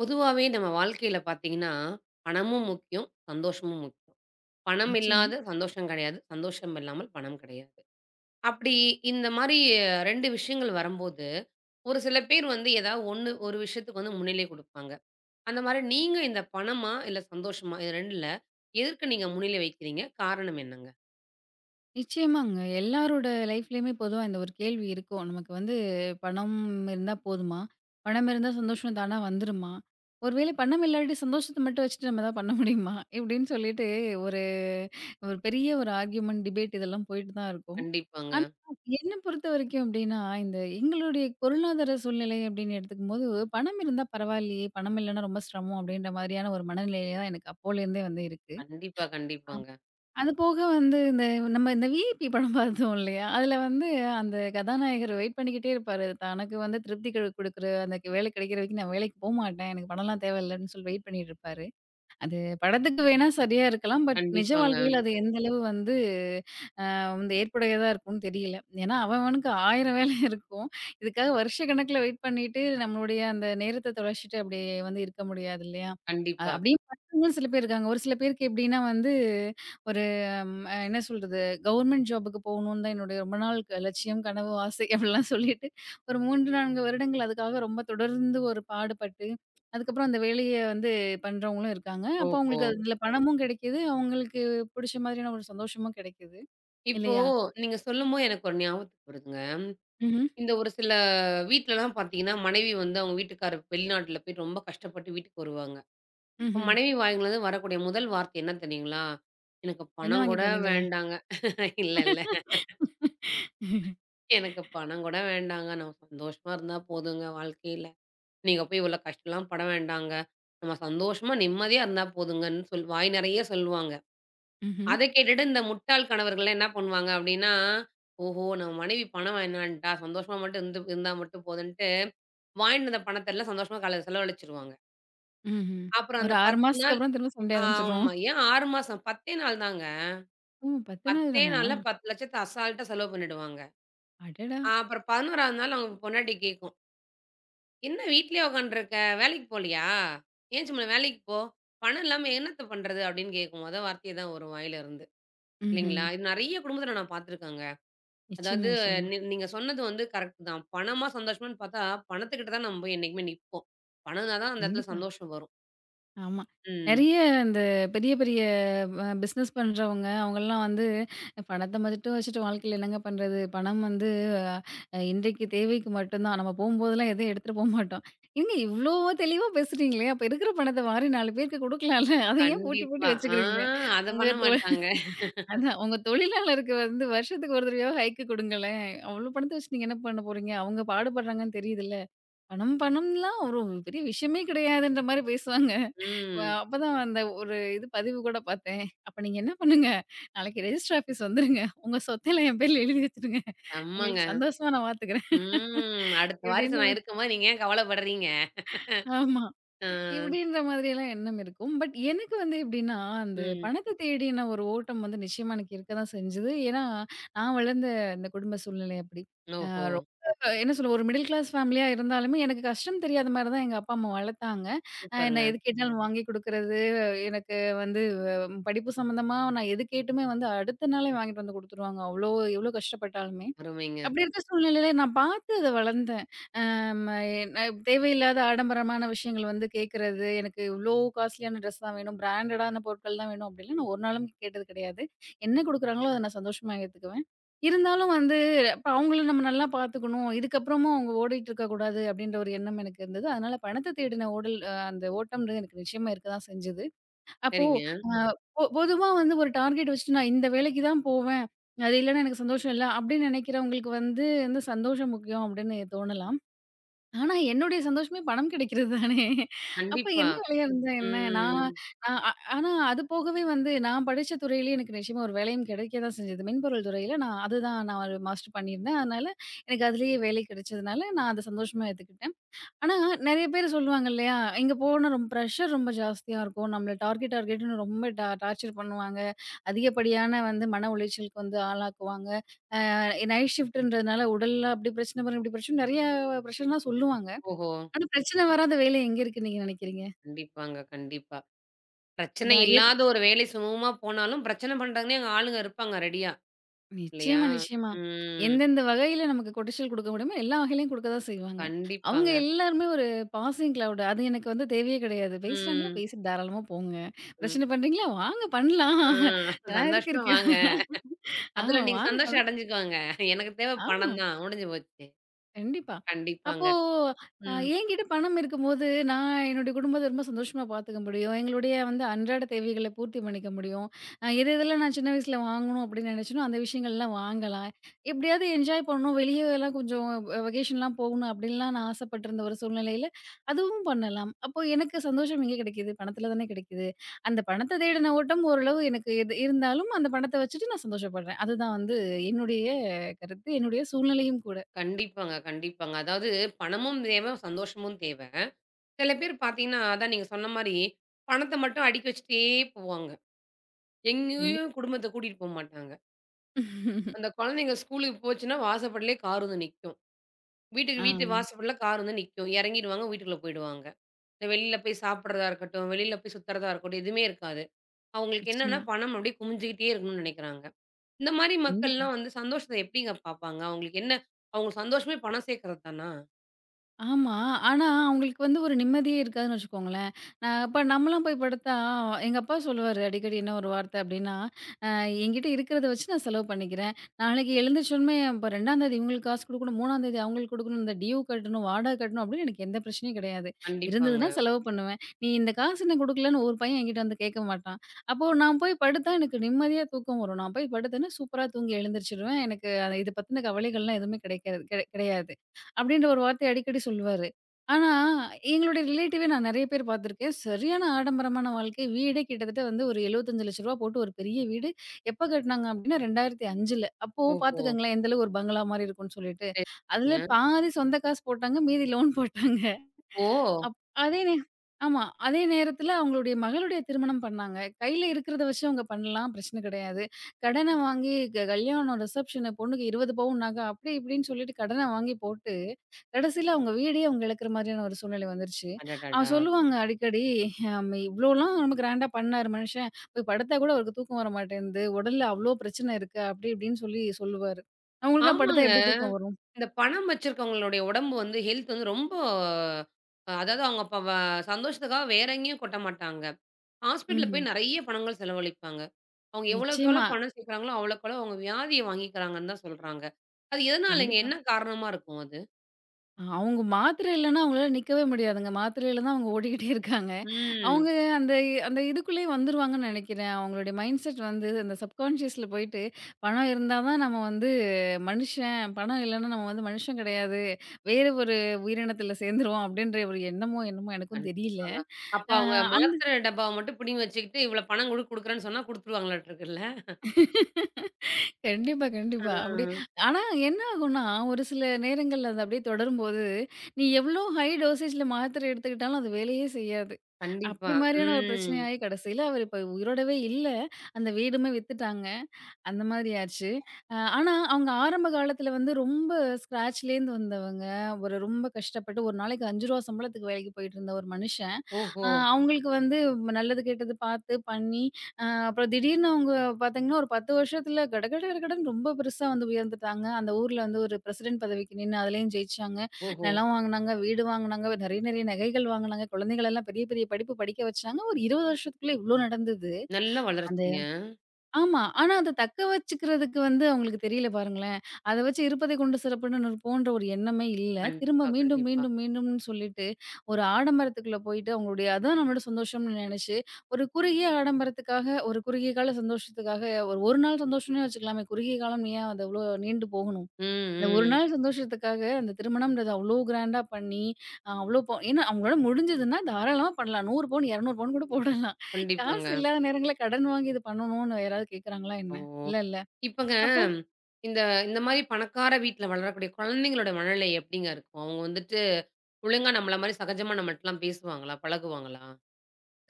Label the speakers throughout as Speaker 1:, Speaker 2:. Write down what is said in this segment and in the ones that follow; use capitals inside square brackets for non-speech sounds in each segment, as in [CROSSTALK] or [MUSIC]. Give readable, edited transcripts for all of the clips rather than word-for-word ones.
Speaker 1: பொதுவாவே நம்ம வாழ்க்கையில பார்த்தீங்கன்னா, பணமும் முக்கியம், சந்தோஷமும் முக்கியம். பணம்
Speaker 2: நிச்சயமா.
Speaker 1: இல்லாத சந்தோஷம் கிடையாது. சந்தோஷம் இல்லாமல் பணம் கிடையாது. அப்படி இந்த மாரி 2 விஷயங்கள் வரும்போது, ஒரு சில பேர் வந்து ஏதாவது ஒண்ணு ஒரு விஷயத்துக்கு வந்து முன்னிலை குடுப்பாங்க. அந்த மாரி நீங்க இந்த பணமா? இல்ல சந்தோஷமா? இது 2ல எதற்கு நீங்க முன்னிலை வைக்கிறீங்க? காரணம் என்னங்க?
Speaker 2: நிச்சயமாங்க. எல்லாரோட லைஃப்லயுமே பொதுவா இந்த ஒரு கேள்வி இருக்கும். நமக்கு வந்து பணம் இருந்தா போதுமா? பணம் இருந்தா சந்தோஷம் தானா வந்துருமா? ஒரு வேளை பணம் இல்லாட்டி சந்தோஷத்த மட்டும் வச்சுட்டு நம்ம எதாவது பண்ண முடியுமா? இப்படின்னு சொல்லிட்டு ஒரு ஒரு பெரிய ஒரு ஆர்கியூமென்ட், டிபேட் இதெல்லாம் போயிட்டு தான் இருக்கும்.
Speaker 1: கண்டிப்பாங்க.
Speaker 2: ஆனா, என்ன பொறுத்தவரைக்கும் அப்படின்னா, இந்த எங்களுடைய பொருளாதார சூழ்நிலை அப்படின்னு எடுத்துக்கும்போது, பணம் இருந்தா பரவாயில்லையே! பணம் இல்லன்னா ரொம்ப சிரமம் அப்படின்ற மாதிரியான ஒரு மனநிலையில தான் எனக்கு அப்போலேருந்தே வந்து இருக்கு.
Speaker 1: கண்டிப்பா, கண்டிப்பாங்க.
Speaker 2: அது போக வந்து இந்த நம்ம இந்த விஐபி படம் பார்த்தோம் இல்லையா? அதில வந்து அந்த கதாநாயகர் வெயிட் பண்ணிக்கிட்டே இருப்பாரு. தனக்கு வந்து திருப்தி குடுக்குற அந்த வேலை கிடைக்கிற வரைக்கும் நான் வேலைக்கு போமாட்டேன். எனக்கு பணம்லாம் தேவையில்ல அப்படின்னு சொல்லி வெயிட் பண்ணிட்டு இருப்பாரு. அது படத்துக்கு வேணா சரியா இருக்கலாம். பட் நிஜ
Speaker 1: கண்டிப்பாங்க.
Speaker 2: வாழ்க்கையில அது எந்த அளவு வந்து வந்து ஏற்புடையதா இருக்கும்னு தெரியல. ஏன்னா, அவனுக்கு 1000 வேலை [LAUGHS] இருக்கும். இதுக்காக வருஷக்கணக்குல வெயிட் பண்ணிட்டு, நம்மளுடைய அந்த நேரத்த தொலைச்சுட்டு அப்படியே வந்து இருக்க முடியாது இல்லையா?
Speaker 1: கண்டிப்பா.
Speaker 2: அப்படின்னு பண்றவங்களும் சில பேர் இருக்காங்க. ஒரு சில பேருக்கு எப்படின்னா வந்து, ஒரு ம் அ என்ன சொல்றது? கவர்மெண்ட் ஜாபுக்கு போகணும்னு தான் என்னுடைய ரொம்ப நாள் லட்சியம், கனவு, ஆசை [LAUGHS] அப்படிலாம் சொல்லிட்டு, ஒரு 3, 4 வருடங்கள் அதுக்காக ரொம்ப தொடர்ந்து ஒரு பாடுபட்டு, அதுக்கப்புறம் அந்த வேலைய வந்து பண்றவங்களும் இருக்காங்க. அப்போ
Speaker 1: ஓஹோ!
Speaker 2: அவங்களுக்கு அதுல பணமும் கிடைக்குது. அவங்களுக்கு புடிச்ச மாதிரியான ஒரு சந்தோஷமும் கிடைக்குது.
Speaker 1: இப்போ
Speaker 2: இல்லையா?
Speaker 1: நீங்க சொல்லும்போது எனக்கு ஒரு ஞாபகத்துக்கு வருதுங்க.
Speaker 2: ம்ஹ்ம்,
Speaker 1: இந்த ஒரு சில வீட்லலாம் பார்த்தீங்கன்னா, மனைவி வந்து அவங்க வீட்டுக்காரர் வெளிநாட்டுல போய் ரொம்ப கஷ்டப்பட்டு வீட்டுக்கு வருவாங்க. அப்ப
Speaker 2: ம்ஹ்ம்.
Speaker 1: மனைவி வாயிலிருந்து வரக்கூடிய முதல் வார்த்தை என்ன தெரியுங்களா? "எனக்கு
Speaker 2: என்ன
Speaker 1: பணம் கூட
Speaker 2: வாங்கிட்டு வந்தீங்களா?
Speaker 1: வேண்டாங்க. [LAUGHS] இல்ல, இல்ல. எனக்கு பணம் கூட வேண்டாங்க. நம்ம சந்தோஷமா இருந்தா போதுங்க வாழ்க்கையில. நீங்க போய் இவ்வளோ கஷ்டம்லாம் பட வேண்டாங்க. நம்ம சந்தோஷமா, நிம்மதியா இருந்தா போதுங்கன்னு" சொல் வாய் நெறைய சொல்லுவாங்க.
Speaker 2: ம்ஹ்ம்,
Speaker 1: அத கேட்டுட்டு இந்த முட்டாள் கணவர்கள்லாம் என்ன பண்ணுவாங்க அப்டின்னா, "ஓஹோ! நம்ம மனைவி பணம் வேணான்ட்டா, சந்தோஷமா மட்டும் இருந்து இருந்தா மட்டும் போதுன்ட்டு" வாங்கிட்டு வந்த பணத்த எல்லாம் சந்தோஷமா காலையில செலவழிச்சுருவாங்க.
Speaker 2: ம்ஹ்ம்.
Speaker 1: அப்புறம்
Speaker 2: ஒரு
Speaker 1: அந்த
Speaker 2: 6
Speaker 1: 10
Speaker 2: மாசத்துக்கு
Speaker 1: நாள்
Speaker 2: அப்புறம் திரும்ப சண்டை ஆரம்பிச்சுரும்.
Speaker 1: ஆமா. ஏன் 6 மாசம் 10 நாள் தாங்க.
Speaker 2: ஓ! 10 நாள்
Speaker 1: 10
Speaker 2: தானா?
Speaker 1: நாள்ல 10,00,000த்த அசால்ட்டா செலவு பண்ணிடுவாங்க.
Speaker 2: அடடா!
Speaker 1: அப்புறம் 11ஆவது நாள் அவங்க பொண்டாட்டி கேட்கும். "என்ன வீட்லயே உட்காந்துருக்க? வேலைக்கு போலையா? ஏன் சும்மா வேலைக்கு போ. பணம் இல்லாம என்னத்த பண்றது?" அப்படின்னு கேட்கும். மொத வார்த்தையே தான் வரும் வாயிலருந்து.
Speaker 2: ம்ஹ்ம்.
Speaker 1: இல்லைங்களா? இது நெறைய குடும்பத்தில நான் பார்த்துருக்கேங்க.
Speaker 2: நிச்சயமா,
Speaker 1: அதாவது
Speaker 2: நிச்சயமா.
Speaker 1: நீங்க சொன்னது வந்து கரெக்ட் தான். பணமா சந்தோஷமான்னு பார்த்தா, பணத்துக்கிட்ட தான் நம்ம போய் என்னைக்குமே நிப்போம். பணம்னா தான் அந்த இடத்துல
Speaker 2: கண்டிப்பா.
Speaker 1: சந்தோஷம் வரும்.
Speaker 2: ஆமா.
Speaker 1: ம்.
Speaker 2: நெறைய இந்த பெரிய, பெரிய பிசினஸ் பண்றவங்க அவங்கலாம் வந்து பணத்த மட்டும் வச்சுட்டு வாழ்க்கையில என்னங்க பண்றது? பணம் வந்து இன்றைக்கு தேவைக்கு மட்டும் தான். நம்ம போம்போதெல்லாம் எதையும் எடுத்துட்டு போமாட்டோம். ஏங்க இவ்ளோ தெளிவா பேசுறீங்களே! அப்ப இருக்கிற பணத்த வாரி 4 பேருக்கு குடுக்கலாம்ல. அத ஏன் பூட்டி, பூட்டி
Speaker 1: கண்டிப்பா.
Speaker 2: வச்சுக்கிறீங்க?
Speaker 1: அத
Speaker 2: உங்க
Speaker 1: பண்ண
Speaker 2: தோ
Speaker 1: மாட்டாங்க.
Speaker 2: அதான் உங்க தொழிலாளருக்கு வந்து வருஷத்துக்கு ஒரு தடவையாவது ஹைக்கு குடுங்களேன். அவ்ளோ பணத்த வச்சு நீங்க என்ன பண்ண போறீங்க? அவங்க பாடுபடுறாங்கன்னு தெரியுதுல்ல. பணம் பணம்லாம் ஒரு பெரிய விஷயமே கிடையாதுன்ற மாரி பேசுவாங்க.
Speaker 1: ம்.
Speaker 2: அப்பதான் அந்த ஒரு இது பதிவு கூட பார்த்தேன். அப்ப நீங்க என்ன பண்ணுங்க, நாளைக்கு ரெஜிஸ்டர் ஆஃபீஸ் வந்துருங்க. உங்க சொத்தெல்லாம் என் பேர்ல எழுதி வச்சுருங்க.
Speaker 1: செம்மங்க.
Speaker 2: உங்களுக்கு சந்தோஷமா நான் பார்த்துக்கிறேன்.
Speaker 1: ம். அடுத்த வாரிசு
Speaker 2: இப்படின்னு
Speaker 1: நான் இருக்கும்போது நீங்க ஏன் கவலைப்படுறீங்க?
Speaker 2: ஆமா.
Speaker 1: ஆ.
Speaker 2: இப்படின்ற மாதிரியெல்லாம் எண்ணம் இருக்கும். பட் எனக்கு வந்து எப்படின்னா, அந்த
Speaker 1: ம்.
Speaker 2: பணத்த தேடின ஒரு ஓட்டம் வந்து நிச்சயமா எனக்கு இருக்க தான் செஞ்சது. ஏன்னா, நான் வளர்ந்த அந்த குடும்ப சூழ்நிலை அப்படி. அ
Speaker 1: ஓஹோ!
Speaker 2: ரொம்ப என்ன சொல்ல ஒரு மிடில் கிளாஸ் ஃபேமிலியா இருந்தாலுமே, எனக்கு கஷ்டம் தெரியாத மாரி தான் எங்க அப்பா, அம்மா வளர்த்தாங்க.
Speaker 1: சூப்பருங்க.
Speaker 2: நான் எது கேட்டாலும் வாங்கி குடுக்குறது, எனக்கு வந்து படிப்பு சம்மந்தமா நான் எது கேட்டுமே வந்து அடுத்த நாளே வாங்கிட்டு வந்து குடுத்துருவாங்க. எவ்ளோ கஷ்டப்பட்டாலுமே.
Speaker 1: அருமைங்க.
Speaker 2: அப்படி இருக்க சூழ்நிலையில நான் பார்த்து அத வளர்ந்தேன். நம்ம எ ந தேவையில்லாத ஆடம்பரமான விஷயங்கள் வந்து கேட்கறது, எனக்கு இவ்ளோ காஸ்ட்லியான ட்ரெஸ் தான் வேணும், பிராண்டடான பொருட்கள் தான் வேணும் அப்டிலாம் நான் ஒரு நாளும் கேட்டது கிடையாது. என்ன குடுக்குறாங்களோ அத நான் சந்தோஷமா ஏத்துக்குவேன். இருந்தாலும் வந்து அப்ப அவங்கள நம்ம நல்லா பார்த்துக்கணும். இதுக்கப்புறமும் அவங்க ஓடிட்டு இருக்கக்கூடாது அப்டின்ற ஒரு எண்ணம் எனக்கு இருந்தது. அதனால பணத்த தேடின ஓடல் அ அந்த ஓட்டம்ன்றது எனக்கு நிச்சயமா இருக்க தான் செஞ்சது. அப்போ
Speaker 1: சரிங்க.
Speaker 2: அ பொ பொதுவா வந்து ஒரு டார்கெட் வச்சுட்டு நான் இந்த வேலைக்கு தான் போவேன். அது இல்லன்னா எனக்கு சந்தோஷம் இல்ல அப்டின்னு நினைக்கிறவங்களுக்கு வந்து, சந்தோஷம் முக்கியம் அப்டின்னு தோணலாம். ஆனா, என்னுடைய சந்தோஷமே பணம் கிடைக்கிறது தானே! அப்ப
Speaker 1: கண்டிப்பா.
Speaker 2: என்ன வேலையா இருந்தா என்ன? நான்
Speaker 1: ம்.
Speaker 2: நான் அ ஆனா அது போகவே வந்து நான் படிச்ச துறையிலேயே எனக்கு நிச்சயமா ஒரு வேலையும் கிடைக்க தான் செஞ்சது. மென்பொருள் துறையில நான் அதுதான் நான் ஒரு மாஸ்டர் பண்ணியிருந்தேன். அதனால எனக்கு அதிலேயே வேலை கிடைச்சதுனால, நான் அத சந்தோஷமா ஏத்துக்கிட்டேன். ஆனா நெறைய பேர் சொல்லுவாங்க இல்லையா? இங்க போனா ரொம்ப ப்ரெஷர் ரொம்ப ஜாஸ்தியா இருக்கும். நம்மள டார்கெட் டார்கெட்ன்னு ரொம்ப டார்ச்சர் பண்ணுவாங்க. அதிகப்படியான வந்து மன உளைச்சலுக்கு வந்து ஆளாக்குவாங்க. அ நைட் ஷிஃப்ட்ன்றதுனால உடல்ல அப்படி பிரச்சனை, பாருங்க இப்படி பிரச்சனை நெறைய பிரஷர்லாம் சொல்லுவாங்க.
Speaker 1: ஓஹோ!
Speaker 2: ஆனா, பிரச்சனை வராத வேலை எங்க இருக்குன்னு நீங்க நினைக்கிறீங்க?
Speaker 1: கண்டிப்பாங்க, கண்டிப்பா. பிரச்சனை
Speaker 2: அதான் எது
Speaker 1: இல்லாத ஒரு வேலை சுமூகமா போனாலும், பிரச்சனை பண்றதுக்குன்னே அங்க ஆளுங்க இருப்பாங்க ரெடியா. இல்லையா?
Speaker 2: நிச்சயமா, நிச்சயமா.
Speaker 1: ம்.
Speaker 2: எந்தெந்த வகையில நமக்கு கொட்டேஷன் குடுக்க முடியுமோ, எல்லா வகையிலயும் குடுக்க தான் செய்வாங்க. அவங்க
Speaker 1: கண்டிப்பாங்க.
Speaker 2: எல்லாருமே ஒரு பாசிங் கிளவுட். அது எனக்கு வந்து தேவையே கிடையாது. பேசுறாங்களா?
Speaker 1: ம்.
Speaker 2: பேசிட்டு தாராளமா போங்க.
Speaker 1: ம்.
Speaker 2: பிரச்சனை பண்றீங்களா? வாங்க பண்ணலாம்.
Speaker 1: ஆ
Speaker 2: நான் எதுக்கு
Speaker 1: சந்தோஷமா
Speaker 2: இருக்கேன்?
Speaker 1: வாங்க. அதுல
Speaker 2: ஆமா,
Speaker 1: நீங்க
Speaker 2: வாங்க.
Speaker 1: சந்தோஷம் அடைஞ்சுக்கோங்க. எனக்கு தேவை
Speaker 2: ஆமா.
Speaker 1: பணம் தான். முடிஞ்சு போச்சு.
Speaker 2: கண்டிப்பா.
Speaker 1: கண்டிப்பாங்க.
Speaker 2: அப்போ
Speaker 1: ம்.
Speaker 2: என்கிட்ட பணம் இருக்கும்போது, நான் என்னுடைய குடும்பத்த ரொம்ப சந்தோஷமா பார்த்துக்க முடியும். எங்களுடைய வந்து அன்றாட தேவைகள பூர்த்தி பண்ணிக்க முடியும். எது எதெல்லாம் நான் சின்ன வயசுல வாங்கணும் அப்படின்னு நினைச்சேனோ, அந்த விஷயங்கள்லாம் வாங்கலாம். எப்படியாவது என்ஜாய் பண்ணணும், வெளியலாம் கொஞ்சம் வெகேஷன்லாம் போகணும் அப்படின்லாம் நான் ஆசைப்பட்டிருந்த ஒரு சூழ்நிலையில, அதுவும் பண்ணலாம். அப்போ எனக்கு சந்தோஷம் எங்கே கிடைக்குது? பணத்தில தானே கிடைக்குது. அந்த பணத்த தேடின ஓட்டம் ஓரளவு எனக்கு இது இருந்தாலும், அந்த பணத்த வச்சுட்டு நான் சந்தோஷப்படுறேன். அதுதான் வந்து என்னுடைய கருத்து, என்னுடைய சூழ்நிலையும் கூட.
Speaker 1: கண்டிப்பாங்க, கண்டிப்பாங்க. அதாவது பணமும் தேவை, சந்தோஷமும் தேவை. சில பேர் பார்த்தீங்கன்னா, அதான் நீங்க சொன்ன மாரி, பணத்த மட்டும் அடிக்கி வச்சுட்டே போவாங்க. எங்கேயும் குடும்பத்த கூட்டிட்டு போமாட்டாங்க. அந்த குழந்தைங்க ஸ்கூலுக்கு போச்சுன்னா, வாசப்படிலயே கார் வந்து நிக்கும். வீட்டுக்கு
Speaker 2: ஆ.
Speaker 1: வீட்டு வாசப்படில கார் வந்து நிக்கும். இறங்கிடுவாங்க, வீட்டுக்குள்ள போயிடுவாங்க. இந்த வெளியில போய் சாப்பிடுறதா இருக்கட்டும், வெளியில போய் சுத்துறதா இருக்கட்டும், எதுவுமே இருக்காது. அவங்களுக்கு என்னன்னா,
Speaker 2: நிச்சயமா.
Speaker 1: பணம் அப்படியே குமிஞ்சுகிட்டே இருக்கணும்னு நினைக்கிறாங்க. இந்த மாரி
Speaker 2: கண்டிப்பா.
Speaker 1: மக்கள்லாம் வந்து சந்தோஷத்த எப்படிங்க பார்ப்பாங்க? அவங்களுக்கு என்ன அவங்க சந்தோஷமே பணம் சேர்க்கறது தானா?
Speaker 2: ஆமா. ஆனா, அவுங்களுக்கு வந்து ஒரு நிம்மதியே இருக்காதுன்னு வச்சுக்கோங்களேன். இப்ப நம்மலாம் போய் படுத்தா, எங்க அப்பா சொல்லுவாரு அடிக்கடி என்ன ஒரு வார்த்த அப்டின்னா, "அ என்கிட்ட இருக்கிறத வச்சு நான் செலவு பண்ணிக்கிறேன். நாளைக்கு எழுந்திரிச்சோனமே இப்ப 2ஆந்தேதி இவுங்களுக்கு காசு குடுக்கணும், 3ஆந்தேதி அவுங்களுக்கு குடுக்கணும், இந்த டியூ கட்டணும், வாடகை கட்டணும்" அப்டின்னு எனக்கு எந்த பிரச்சனையும் கிடையாது.
Speaker 1: கண்டிப்பாங்க.
Speaker 2: இருந்ததுன்னா செலவு பண்ணுவேன். "நீ இந்த காசு இன்னும் குடுக்கலன்னு" ஒரு பையன் என்கிட்ட வந்து கேட்க மாட்டான். அப்போ நான் போய் படுத்தா எனக்கு நிம்மதியா தூக்கம் வரும். நான் போய் படுத்தேன்னா சூப்பரா தூங்கி எழுந்திரிச்சுருவேன். எனக்கு அத இத பத்தின கவலைகள்லாம் எதுவுமே கிடைக்காது கிடையாது. அப்படின்ற ஒரு வார்த்தைய அடிக்கடி சொல்லுவாரு. ஆனா, எங்களுடைய ரிலேட்டிவே நான் நெறைய பேர் பார்த்துருக்கேன். சரியான ஆடம்பரமான வாழ்க்கை. வீடே கிட்டத்தட்ட வந்து ஒரு ரூ. 75,00,000 போட்டு ஒரு பெரிய வீடு. எப்ப கட்டுனாங்க அப்படின்னா 2005ல. அப்போ
Speaker 1: ஓஹோ!
Speaker 2: பார்த்துக்கங்களேன், எந்த அளவு ஒரு பங்களா மாரி இருக்கும்னு சொல்லிட்டு.
Speaker 1: சரி,
Speaker 2: அதுல
Speaker 1: சரிங்க.
Speaker 2: பாதி சொந்த காசு போட்டாங்க, மீதி லோன் போட்டாங்க.
Speaker 1: ஓ!
Speaker 2: அப் அதே நே ஆமா. அதே நேரத்துல அவங்களுடைய மகளுடைய திருமணம் பண்ணாங்க. கையில இருக்கிறத வச்சு அவங்க பண்ணலாம். பிரச்சனை கிடையாது. கடன வாங்கி கல்யாணம், ரிசப்ஷனு பொண்ணுக்கு 20 பவுன் நகை அப்படி இப்படின்னு சொல்லிட்டு கடன வாங்கி போட்டு, கடைசியில அவங்க வீடே அவங்க இழக்கிற மாதிரியான ஒரு சூழ்நிலை வந்துருச்சு. அவ
Speaker 1: அடடடா!
Speaker 2: சொல்லுவாங்க அடிக்கடி, " இவ்ளோலாம் நம்ம கிராண்டா பண்ணாரு மனுஷன். போய் படுத்தா கூட அவருக்கு தூக்கம் வர மாட்டேன்து. உடல்ல அவ்ளோ பிரச்சனை இருக்கு." அப்படி இப்படின்னு சொல்லி சொல்லுவாரு. அவங்களுக்குலாம் படுத்தா
Speaker 1: ஆமாங்க.
Speaker 2: எப்படி தூக்கம் வரும்?
Speaker 1: இந்த பணம் வச்சிருக்கவங்களுடைய உடம்பு வந்து ஹெல்த் வந்து ரொம்ப அ அதாவது அவங்க ப வ சந்தோஷத்துக்காக வேற எங்கேயும் கொட்ட மாட்டாங்க. ஹாஸ்பிட்டல்ல
Speaker 2: ம்ஹ்ம்.
Speaker 1: போய் நெறைய பணங்கள் செலவழிப்பாங்க. அவங்க எவ்வளோக்கு எவ்வளோ
Speaker 2: நிச்சயமா.
Speaker 1: பணம் சேர்க்கிறாங்களோ, அவ்வளோக்கு அவ்வளோ அவங்க வியாதிய வாங்கிக்கிறாங்கன்னு தான் சொல்றாங்க. அது எதனாலங்க?
Speaker 2: கண்டிப்பா.
Speaker 1: என்ன காரணமா இருக்கும் அது?
Speaker 2: அவங்க மாத்திரை இல்லன்னா அவங்களால நிக்கவே முடியாதுங்க. மாத்திரையில தான் அவங்க ஓடிக்கிட்டே இருக்காங்க. அவங்க
Speaker 1: ம்.
Speaker 2: அந்த அந்த இதுக்குள்ளேயே வந்துருவாங்கன்னு நெனைக்கிறேன். அவங்களுடைய மைண்ட் செட் வந்து அந்த சப்கான்ஷியஸ்ல போயிட்டு, பணம் இருந்தா தான் நம்ம வந்து மனுஷன், பணம் இல்லன்னா நம்ம வந்து மனுஷன் கிடையாது. வேற ஒரு உயிரினத்துல சேர்ந்துருவோம் அப்படின்ற ஒரு எண்ணமோ என்னமோ எனக்கும் தெரியல.
Speaker 1: கண்டிப்பாங்க. அப்ப
Speaker 2: அ
Speaker 1: அவங்க
Speaker 2: அந்த
Speaker 1: மாத்திரை டப்பாவ மட்டும் பிடுங்கி வச்சுக்கிட்டு, இவ்வளோ பணம் குடுக்குறேன்னு சொன்னா குடுத்துருவாங்களாட்டுருக்குல்ல?
Speaker 2: [LAUGHS] கண்டிப்பா, கண்டிப்பா.
Speaker 1: ஆ.
Speaker 2: ஆனா என்ன ஆகும்னா, ஒரு சில நேரங்கள்ல அது அப்படியே தொடரும்போது, நீ எவ்ளோ ஹை டோசேஜ்ல மாத்திரை எடுத்துக்கிட்டாலும் அது வேலையே செய்யாது.
Speaker 1: கண்டிப்பா.
Speaker 2: அப்படி மாரியான ஒரு
Speaker 1: ம்.
Speaker 2: பிரச்சனையாயி கடைசியில அவரு இப்ப உயிரோடவே இல்ல. அந்த வீடுமே வித்துட்டாங்க. அந்த மாதிரி ஆச்சு. ஆனா, அவங்க ஆரம்ப காலத்துல வந்து ரொம்ப ஸ்க்ராட்ச்லேருந்து வந்தவங்க. ஒரு ரொம்ப கஷ்டப்பட்டு ஒரு நாளைக்கு ரூ. 5 சம்பளத்துக்கு வேலைக்கு போயிட்டுருந்த ஒரு மனுஷன்.
Speaker 1: ஓஹோ!
Speaker 2: அவங்களுக்கு வந்து நல்லது கெட்டது பார்த்து, பண்ணி அப்புறம் திடீர்னு அவங்க பார்த்தீங்கன்னா, ஒரு 10 வருஷத்துல கட கட கடகடன்னு ரொம்ப பெருசா வந்து உயர்ந்துட்டாங்க. அந்த ஊர்ல வந்து ஒரு பிரசிடென்ட் பதவிக்கு நின்னு அதுலயும் ஜெயிச்சாங்க.
Speaker 1: ஓஹோ!
Speaker 2: நிலம் வாங்குனாங்க, வீடு வாங்குனாங்க, நெறைய நெறைய நகைகள் வாங்குனாங்க. குழந்தைகளெல்லாம் பெரிய பெரிய படிப்பு படிக்க வச்சாங்க. ஒரு 20 வருஷத்துக்குள்ள இவ்ளோ நடந்தது.
Speaker 1: நல்ல
Speaker 2: அந்த
Speaker 1: வளர்ச்சிங்க.
Speaker 2: ஆமா. ஆனா அத தக்க வச்சுக்கிறதுக்கு வந்து அவங்களுக்கு தெரியல பாருங்களேன். அத வச்சு இருப்பதை கொண்டு சிறப்புன்னு போன்ற ஒரு எண்ணமே இல்ல. திரும்ப
Speaker 1: கண்டிப்பா,
Speaker 2: மீண்டும்,
Speaker 1: கண்டிப்பா.
Speaker 2: மீண்டும், மீண்டும்ன்னு சொல்லிட்டு ஒரு ஆடம்பரத்துக்குள்ள போயிட்டு அவங்களுடைய அதான் நம்மளோட சந்தோஷம்னு நெனச்சு, ஒரு குறுகிய ஆடம்பரத்துக்காக, ஒரு குறுகிய கால சந்தோஷத்துக்காக ஒரு ஒரு நாள் சந்தோஷம்னே வச்சுக்கலாமே! குறுகிய காலம் ஏன் அது அவ்ளோ நீண்டு போகணும்?
Speaker 1: ம்,
Speaker 2: அந்த ஒரு
Speaker 1: ம்.
Speaker 2: நாள் சந்தோஷத்துக்காக அந்த திருமணம்ன்றது அவ்ளோ கிராண்டா பண்ணி, அவ்ளோ ஏன்னா அவங்களோட முடிஞ்சதுன்னா தாராளமா பண்ணலாம். 100 பவுன், 200 பவுன் கூட போடலாம். காசு
Speaker 1: கண்டிப்பாங்க.
Speaker 2: இல்லாத நேரங்கள்ல கடன் வாங்கி இது பண்ணணும்னு யாராவது கேட்குறாங்களா
Speaker 1: ஓ!
Speaker 2: என்ன? இல்லல்ல.
Speaker 1: இப்பங்க
Speaker 2: அப்போ
Speaker 1: இந்த இந்த மாரி பணக்கார வீட்ல வளரக்கூடிய குழந்தைங்களோட மனநிலை எப்படிங்க இருக்கும்? அவங்க வந்துட்டு ஒழுங்கா நம்மள மாரி சகஜமா நம்மள்ட்டலாம் பேசுவாங்களா? பழகுவாங்களா?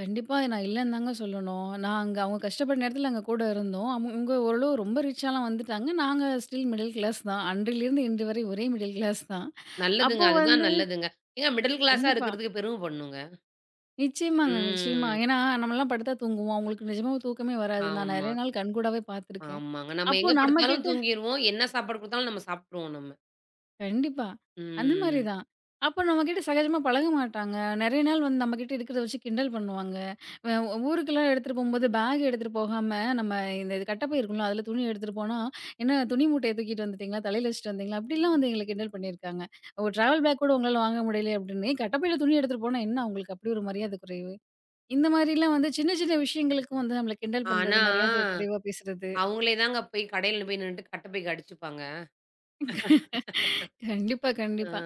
Speaker 2: கண்டிப்பா நான் இல்லன்னு தாங்க சொல்லணும். நாங்க அவங்க கஷ்டப்பட்ட நேரத்துல நாங்க கூட இருந்தோம். அவங்க ஓரளவு ரொம்ப ரிச்சாலாம் வந்துட்டாங்க. நாங்க ஸ்டில் மிடில் கிளாஸ் தான். அன்றிலிருந்து இன்று வரை ஒரே மிடில் கிளாஸ் தான்.
Speaker 1: நல்லதுங்க.
Speaker 2: அப்போ
Speaker 1: அதுதான்
Speaker 2: வந்து
Speaker 1: நல்லதுங்க. ஏங்க மிடில் கிளாஸா
Speaker 2: கண்டிப்பா.
Speaker 1: இருக்கிறதுக்கு பெரும பண்ணுங்க.
Speaker 2: நிச்சயமாங்க, நிச்சயமா.
Speaker 1: ம்.
Speaker 2: ஏன்னா நம்மலாம் படுத்தா தூங்குவோம். அவங்களுக்கு நிஜமாவே தூக்கமே வராது. நான்
Speaker 1: ஆமா,
Speaker 2: நெறைய நாள் கண்கூடாவே பார்த்துருக்கேன்.
Speaker 1: ஆமாங்க. நம்ம
Speaker 2: அப்போ
Speaker 1: எங்க
Speaker 2: நம்ம
Speaker 1: படுத்தாலும்
Speaker 2: கிட்ட
Speaker 1: தூங்கிருவோம். என்ன சாப்பாடு குடுத்தாலும் நம்ம சாப்ட்ருவோம் நம்ம.
Speaker 2: கண்டிப்பா. அந்த மாரி
Speaker 1: ம்.
Speaker 2: தான். அப்போ நம்ம கிட்ட சகஜமா பழக மாட்டாங்க. நெறைய நாள் வந்து நம்ம கிட்ட இருக்கிறத வச்சு கிண்டல் பண்ணுவாங்க. அ ஊருக்கெல்லாம் எடுத்துட்டு போம்போது பேக் எடுத்துட்டு போகாம, நம்ம இந்த இது கட்டப்பை இருக்கும்ல, அதில துணி எடுத்துட்டு போனா, "என்ன துணி மூட்டைய தூக்கிட்டு வந்துட்டீங்களா? தலையில வச்சுட்டு வந்தீங்களா?" அப்படிலாம் வந்து எங்கள கிண்டல் பண்ணியிருக்காங்க. ஒரு ட்ராவல் பேக் கூட உங்களால வாங்க முடியலையே அப்படின்னு, "கட்டப்பையில துணி எடுத்துட்டு போனா என்ன உங்களுக்கு அப்படி ஒரு மரியாதை குறைவு?" இந்த மாரிலாம் வந்து சின்ன சின்ன விஷயங்களுக்கும் வந்து நம்மள கிண்டல் பண்றது,
Speaker 1: ஆனா
Speaker 2: மரியாதை குறைவா பேசுறது.
Speaker 1: அவங்களே தாங்க போய் கடையில போய் நின்னுட்டு கட்டப்பைக்கு அடிச்சுப்பாங்க.
Speaker 2: கண்டிப்பா,
Speaker 1: ஆ
Speaker 2: கண்டிப்பா.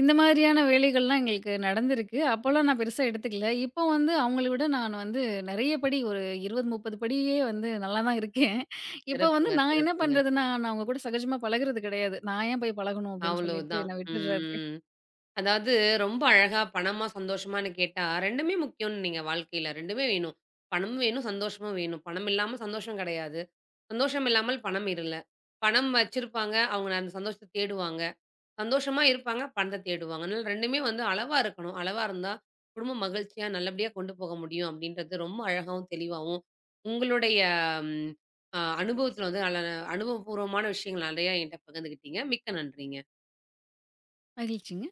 Speaker 2: இந்த மாதிரியான வேலைகள்லாம் எங்களுக்கு நடந்திருக்கு. அப்போலாம் நான் பெருசா எடுத்துக்கல. இப்போ வந்து அவங்கள விட நான் வந்து நெறைய படி ஒரு 20, 30 படியே வந்து நல்லா தான் இருக்கேன். இப்போ வந்து
Speaker 1: சிறப்புங்க,
Speaker 2: நான் என்ன
Speaker 1: சிறப்புங்க.
Speaker 2: பண்றதுன்னா, நான் அவங்க கூட சகஜமா பழகுறது கிடையாது. நான் ஏன் போய் பழகணும் அப்படின்னு சொல்லிட்டு
Speaker 1: அவ்வளோதான்.
Speaker 2: நான் விட்டுர்றது.
Speaker 1: ம். அதாவது ரொம்ப அழகா பணமா, சந்தோஷமான்னு கேட்டா 2மே முக்கியம்னு நீங்க வாழ்க்கையில. 2மே வேணும். பணமும் வேணும், சந்தோஷமும் வேணும். பணம் இல்லாம சந்தோஷம் கிடையாது. சந்தோஷம் இல்லாமல் பணம் இல்ல. பணம் வச்சிருப்பாங்க. அவங்க அந்த சந்தோஷத்த தேடுவாங்க. சந்தோஷமா இருப்பாங்க. பணத்த தேடுவாங்க. அதனால 2மே வந்து அளவா இருக்கணும். அளவா இருந்தா, குடும்பம் மகிழ்ச்சியா நல்லபடியா கொண்டு போக முடியும் அப்படின்றது ரொம்ப அழகாவும், தெளிவாவும் உங்களுடைய ம் அ அனுபவத்தில வந்து அல அனுபவபூர்வமான விஷயங்கள் நெறையா என்ட்ட பகிர்ந்துக்கிட்டீங்க. மிக்க நன்றிங்க.
Speaker 2: மகிழ்ச்சிங்க.